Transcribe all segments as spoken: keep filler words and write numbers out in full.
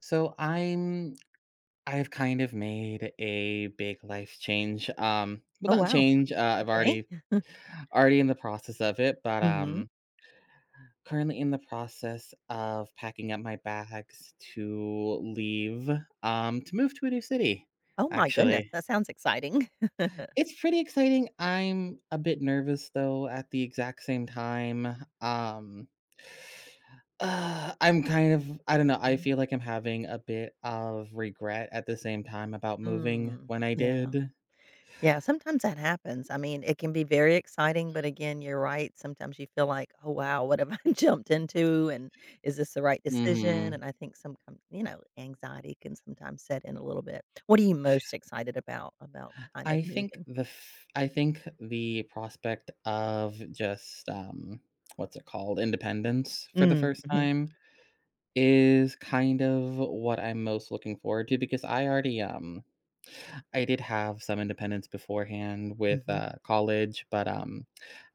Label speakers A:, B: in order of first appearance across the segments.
A: So I'm I've kind of made a big life change. Um, well,
B: Oh,
A: not
B: wow,
A: change. Uh, I've
B: okay.
A: already Already in the process of it, but
B: Mhm.
A: um, currently in the process of packing up my bags to leave. Um, to move to a new city.
B: Oh my goodness,
A: Actually,
B: that sounds exciting.
A: it's pretty exciting. I'm a bit nervous though at the exact same time. Um, Uh, I'm kind of I don't know, I
B: Okay.
A: feel like I'm having a bit of regret at the same time about moving
B: Mm.
A: when I
B: Yeah.
A: did.
B: Yeah, sometimes that happens. I mean, it can be very exciting, but again, you're right. Sometimes you feel like, "Oh, wow, what have I jumped into, and is this the right decision?"
A: Mhm.
B: And I think some com you know, anxiety can sometimes set in a little bit. What are you most excited about, about kind of
A: I think
B: moving?
A: the f I think the prospect of just, um, what's it called, independence for the
B: Mm,
A: first
B: mhm.
A: time is kind of what I'm most looking forward to because I already, um I did have some independence beforehand with,
B: Mhm.
A: uh, college, but, um,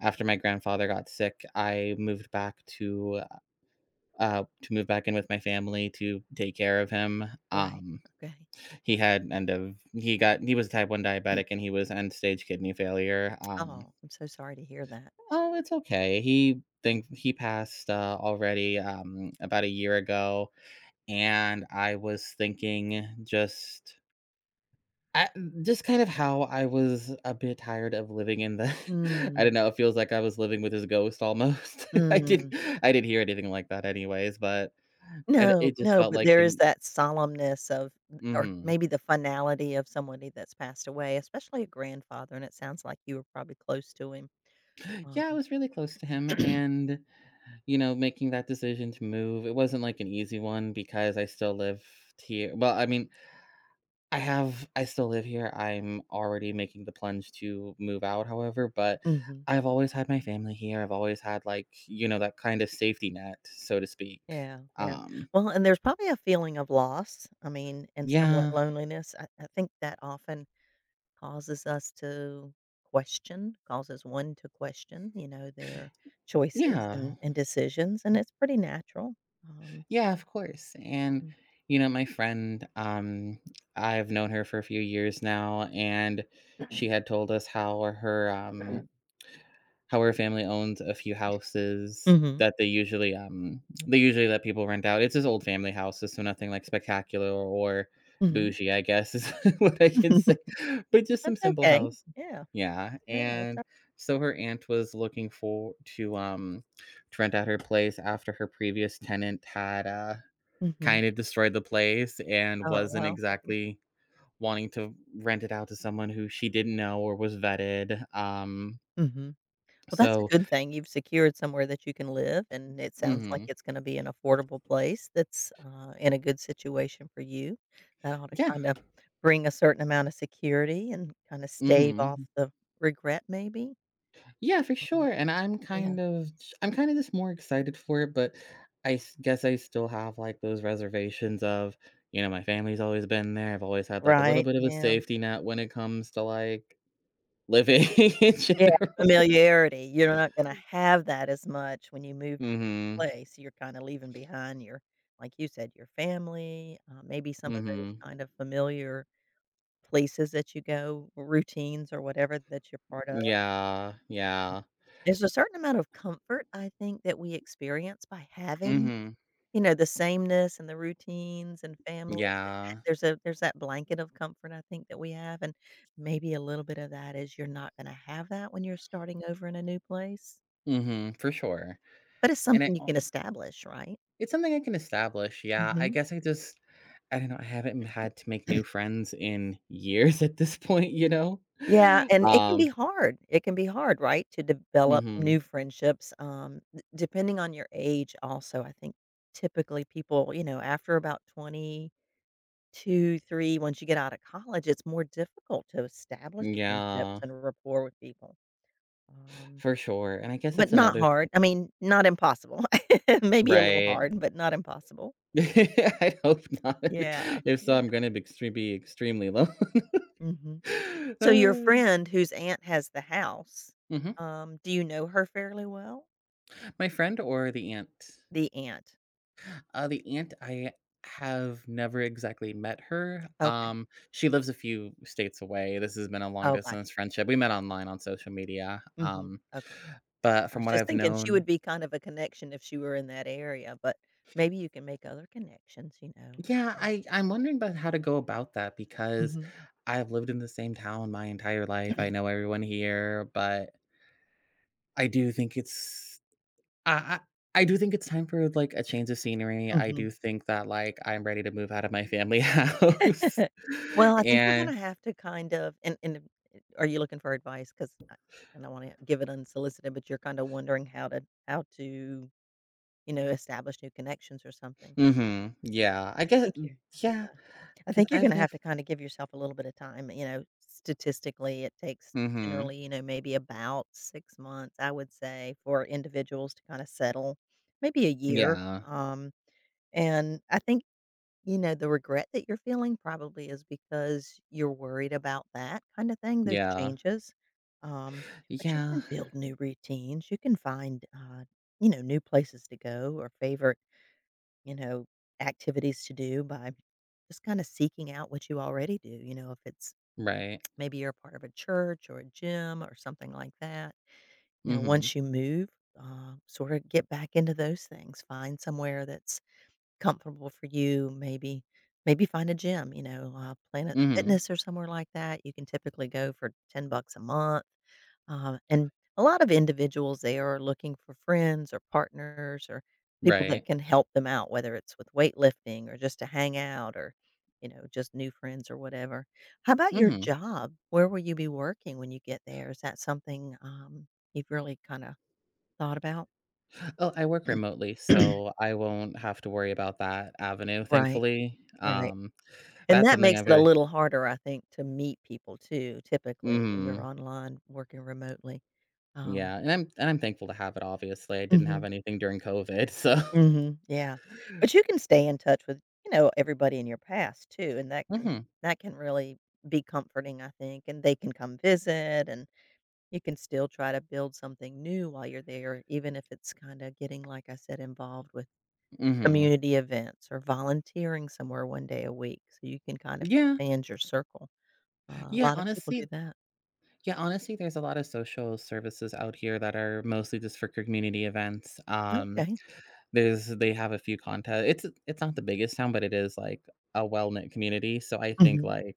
A: after my grandfather got sick, I moved back to uh, to move back in with my family to take care of him.
B: Right,
A: Um,
B: okay.
A: he had end of he got He was a type one diabetic and he was end stage kidney failure. Um,
B: Oh, I'm so sorry to hear that.
A: oh, it's okay. He think he passed uh, already um, about a year ago, and I was thinking just. I, just kind of how I was a bit tired of living in the, I
B: Mm,
A: don't know. It feels like I was living with his ghost almost. I didn't,
B: mm.
A: I didn't hear anything like that, anyways. But and
B: No,
A: it just
B: no,
A: felt
B: but
A: like
B: there is
A: some.
B: that solemnness of or
A: Mhm.
B: maybe the finality of somebody that's passed away, especially a grandfather, and it sounds like you were probably close to him.
A: Yeah, I
B: Um
A: was really close to him, and, you know, making that decision to move, it wasn't, like, an easy one because I still live here well, I mean, I have I still live here. I'm already making the plunge to move out, however, but
B: Mhm.
A: I've always had my family here, I've always had, like, you know, that kind of safety net, so to speak.
B: Yeah, yeah.
A: Um,
B: Well, and there's probably a feeling of loss, I mean, and somewhat
A: yeah,
B: loneliness. I I think that often causes us to question, causes one to question, you know, their choices and
A: yeah.
B: and decisions, and it's pretty natural. Um
A: Yeah, of course. And,
B: Mm.
A: you know, my friend, um, I've known her for a few years now, and she had told us how her um how her family owns a few houses
B: Mhm,
A: that they usually um they usually let people rent out. It's his old family houses, so nothing like spectacular or
B: mhm.
A: bougie, I guess is what I can say. But just some
B: That's
A: simple
B: okay.
A: house.
B: Yeah.
A: Yeah.
B: No, that's
A: And
B: all.
A: so her aunt was looking for to um to rent out her place after her previous tenant had uh
B: Mhm.
A: kinda destroyed the place and
B: Oh,
A: wasn't
B: well, okay.
A: exactly wanting to rent it out to someone who she didn't know or was vetted, um,
B: Mhm. Well, that's a
A: so
B: good thing. You've secured somewhere that you can live, and it sounds like
A: mhm.
B: it's gonna be an affordable place that's, uh, in a good situation for you. That ought to
A: Yeah,
B: kinda bring a certain amount of security and kinda stave off
A: mhm.
B: the regret maybe?
A: Yeah, for
B: Um,
A: sure, and I'm
B: yeah.
A: kind of I'm kinda just more excited for it, but I s guess I still have, like, those reservations of, you know, my family's always been there, I've always had, like, a little
B: Right,
A: bit of a
B: yeah.
A: safety net when it comes to, like, living in
B: Yeah,
A: general.
B: familiarity, you're not gonna have that as much when you move to a new
A: Mhm,
B: place, you're kinda leaving behind your like you said, your family, uh, maybe some of those
A: mhm.
B: kind of familiar places that you go, routines or whatever that you're part of.
A: Yeah, yeah.
B: There's a certain amount of comfort, I think, that we experience by having.
A: Mhm.
B: You know, the sameness and the routines and family,
A: Yeah.
B: there's a there's that blanket of comfort I think that we have, and maybe a little bit of that is you're not gonna have that when you're starting over in a new place,
A: Mhm, for sure.
B: but it's
A: And I
B: something you
A: al
B: can establish, right?
A: It's something I can establish, yeah, I
B: Mhm.
A: guess I just I don't know, I haven't had to make new friends in years at this point, you know?
B: Yeah, and it can be
A: Um
B: hard. It can be hard, right, to develop
A: mhm,
B: new friendships, um, d depending on your age also, I think typically people, you know, after about 20 2, three once you get out of college, it's more difficult to establish friendships
A: yeah,
B: and rapport with people, um,
A: for sure, and I guess
B: but
A: that's
B: not
A: another th
B: hard. I mean, not impossible. Maybe a little
A: right.
B: hard, but not impossible.
A: I hope not.
B: Yeah.
A: If so,
B: Yeah.
A: I'm gonna be extre be extremely lonely.
B: Mhm. So your
A: Uh,
B: friend whose aunt has the house,
A: mhm.
B: um, do you know her fairly well?
A: My friend or the aunt?
B: The aunt.
A: Uh, the aunt, I have never exactly met her.
B: Okay.
A: Um, she lives a few states away. This has been a long
B: Oh, gotcha.
A: distance friendship. We met online on social media.
B: Mhm.
A: Um,
B: Okay.
A: but
B: I
A: from
B: was
A: what
B: just
A: I've
B: thinking she would
A: known,
B: be kind of a connection if she were in that area, but maybe you can make other connections, you know.
A: yeah,
B: Um,
A: I I'm wondering about how to go about that because
B: mhm.
A: I've lived in the same town my entire life. I know everyone here, but I do think it's I. I I do think it's time for like a change of scenery. I do think that like I'm ready to move out of my family house.
B: Well, I think you're gonna
A: and.
B: have to kind of and and are you looking for advice? Because, and I wanna give it unsolicited, but you're kinda wondering how to how to, you know, establish new connections or something.
A: Mhm. Yeah, I
B: I
A: guess.
B: think you're
A: Yeah,
B: yeah, I
A: because 'cause
B: think you're
A: I've
B: gonna have
A: never.
B: to kinda give yourself a little bit of time, you know, statistically, it takes
A: Mhm.
B: generally, you know, maybe about six months, I would say, for individuals to kinda settle, maybe a year,
A: Yeah,
B: um, and I think you know, the regret that you're feeling probably is because you're worried about that kinda thing, those
A: yeah,
B: changes, um, but you
A: yeah,
B: can build new routines, you can find, uh, you know, new places to go or favorite, you know, activities to do by just kinda seeking out what you already do, you know, if it's
A: right.
B: maybe you're a part of a church or a gym or something like that. You know,
A: Mhm,
B: once you move, uh, sorta get back into those things, find somewhere that's comfortable for you, maybe maybe find a gym, you know, uh, Planet
A: mhm,
B: Fitness or somewhere like that. You can typically go for ten bucks a month, uh, and a lot of individuals, they are looking for friends or partners or people that
A: right.
B: can help them out, whether it's with weightlifting or just to hang out or, you know, just new friends or whatever. How about your
A: Mhm.
B: job? Where will you be working when you get there? Is that something, um, you've really kinda thought about?
A: Oh, I work remotely, so I won't have to worry about that avenue,
B: Right,
A: thankfully.
B: right.
A: Um,
B: And
A: that's
B: that
A: something
B: makes
A: I'm
B: it a
A: very
B: little harder, I think, to meet people too, typically, when you're
A: Mhm.
B: online working remotely. Um
A: Yeah, and I'm and I'm thankful to have it, obviously. I didn't have
B: Mhm,
A: anything during COVID, so
B: mhm, yeah. But you can stay in touch with, you know, everybody in your past too, and that can
A: mhm,
B: that can really be comforting, I think, and they can come visit, and you can still try to build something new while you're there, even if it's kinda getting, like I said, involved with
A: mhm.
B: community events or volunteering somewhere one day a week, so you can kind of
A: Yeah,
B: expand your circle. Uh, a
A: yeah,
B: lot of people
A: honestly
B: do that.
A: Yeah, honestly, there's a lot of social services out here that are mostly just for community events. Um,
B: Okay.
A: there's They have a few contests. It's it's not the biggest town, but it is like a well knit community. So I think
B: Mhm.
A: like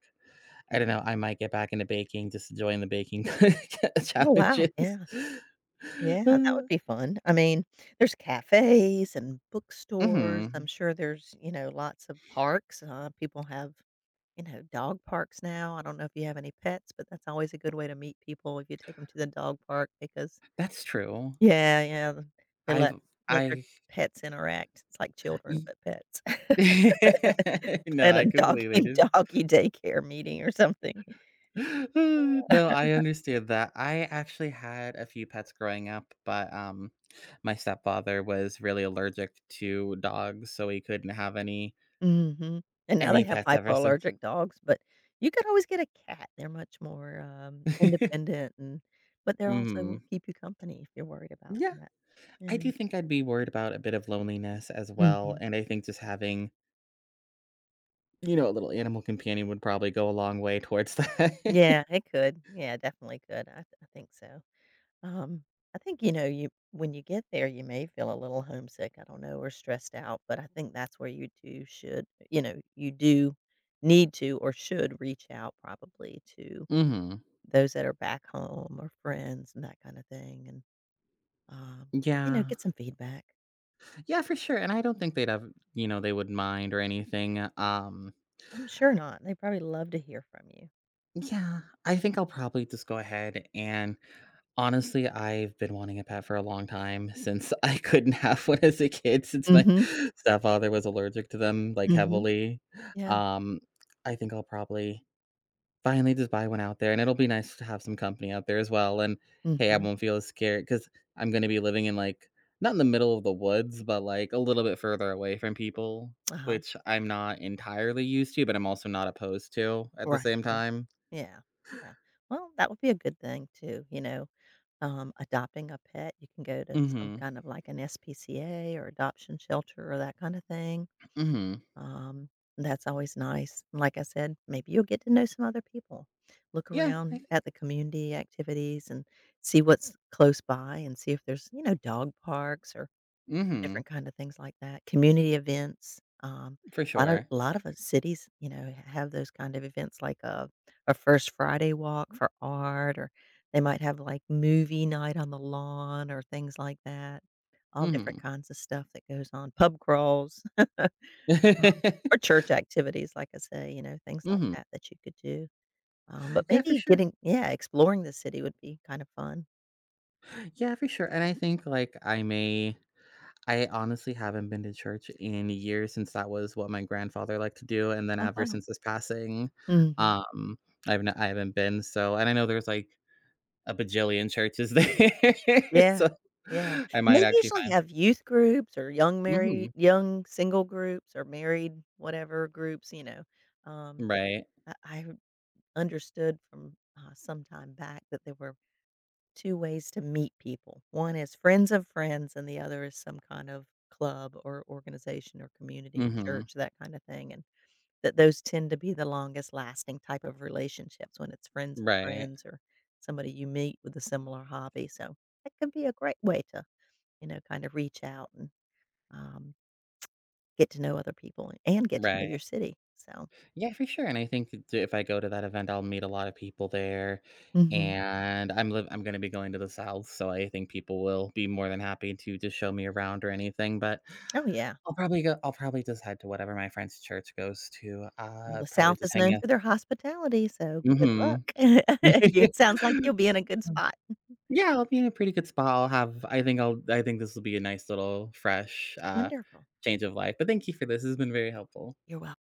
A: I don't know, I might get back into baking, just to join the baking
B: Oh, wow.
A: challenges.
B: Yeah. Yeah, that would
A: Uh,
B: be fun. I mean, there's cafes and bookstores. I'm
A: mhm.
B: sure there's, you know, lots of parks. Uh, people have, you know, dog parks now. I don't know if you have any pets, but that's always a good way to meet people if you take them to the dog park because,
A: That's true.
B: yeah, yeah, they
A: I've
B: let let their
A: I
B: pets interact. It's like children,
A: y-
B: but pets.
A: no,
B: Plan a
A: I completely
B: doggy
A: do.
B: doggy daycare meeting or something.
A: No, I understand that. I actually had a few pets growing up, but um my stepfather was really allergic to dogs, so he couldn't have any
B: Mhm, and now they
A: any
B: mhm have
A: pets ever since.
B: hypoallergic dogs, but you could always get a cat. They're much more, um, independent and but they're also will
A: Mhm.
B: keep you company if you're worried about
A: Yeah,
B: that.
A: I
B: Yeah.
A: do think I'd be worried about a bit of loneliness as well,
B: Mhm.
A: and I think just having, you know, a little animal companion would probably go a long way towards that.
B: Yeah, it could. Yeah, definitely could. I I think so. Um, I think, you know, you when you get there, you may feel a little homesick, I don't know, or stressed out, but I think that's where you do should you know, you do need to or should reach out probably to
A: Mhm.
B: those that are back home or friends and that kinda thing and um, you know,
A: Yeah.
B: get some feedback.
A: Yeah, for sure, and I don't think they'd have, you know, they would mind or anything. Um
B: I'm sure not. They probably love to hear from you.
A: Yeah, I think I'll probably just go ahead and honestly, I've been wanting a pet for a long time since I couldn't have one as a kid since my
B: Mhm,
A: stepfather was allergic to them like
B: mhm.
A: heavily.
B: Yeah.
A: Um, I think I'll probably Finally just buy one out there and it'll be nice to have some company out there as well. And hey, I
B: Mhm.
A: won't feel as scared because I'm gonna be living in like not in the middle of the woods, but like a little bit further away from people,
B: Uh-huh.
A: which I'm not entirely used to, but I'm also not opposed to at the
B: Right,
A: same
B: right.
A: time.
B: Yeah, yeah. Well, that would be a good thing too, you know, um, adopting a pet, you can go to some
A: Hmm.
B: kind of like an S P C A or adoption shelter or that kinda thing.
A: Mhm.
B: Um, that's always nice. And like I said, maybe you'll get to know some other people. Look
A: Yeah, I
B: around
A: think
B: at the community activities and see what's close by and see if there's, you know, dog parks or
A: mhm,
B: different kind of things like that, community events, um,
A: for
B: a lot of
A: sure.
B: a lot of, uh, cities, you know, have those kind of events like a a First Friday walk for art, or they might have, like, movie night on the lawn or things like that. All different
A: Mhm.
B: kinds of stuff that goes on, pub crawls, um, or church activities, like I say, you know, things like
A: Mhm.
B: that that you could do. Um, but
A: Yeah, for
B: maybe
A: sure.
B: getting yeah, exploring the city would be kind of fun.
A: Yeah, for sure, and I think, like, I may I honestly haven't been to church in years since that was what my grandfather liked to do, and then
B: Oh,
A: ever
B: wow.
A: since his passing,
B: Mhm.
A: um, I've not I haven't been, so and I know there's, like, a bajillion churches there,
B: Yeah,
A: so
B: yeah,
A: I
B: and
A: might
B: they
A: actually
B: usually
A: find.
B: have youth groups or young married
A: Mhm.
B: young single groups or married whatever groups, you know, um,
A: Right.
B: I I understood from, uh, some time back that there were two ways to meet people. One is friends of friends, and the other is some kind of club or organization or community,
A: Mhm.
B: church, that kinda thing, and that those tend to be the longest lasting type of relationships when it's friends of
A: Right.
B: friends or somebody you meet with a similar hobby, so that can be a great way to you know, kind of reach out and, um, get to know other people and get to know your
A: Right.
B: city, so
A: Yeah, for sure, and I think that if I go to that event, I'll meet a lot of people there,
B: mhm.
A: and I'm live I'm gonna be going to the South, so I think people will be more than happy to just show me around or anything, but
B: Oh, yeah.
A: I'll probably go I'll probably just head to whatever my friend's church goes to,
B: Well,
A: uh,
B: the
A: probably
B: South
A: just
B: is
A: hang
B: known
A: out.
B: for their hospitality, so good luck.
A: Mhm.
B: It sounds like you'll be in a good spot.
A: Yeah, I'll be in a pretty good spot. I'll have I think I'll I think this will be a nice little fresh, uh,
B: Wonderful.
A: change of life, but thank you for this, this has been very helpful.
B: You're welcome.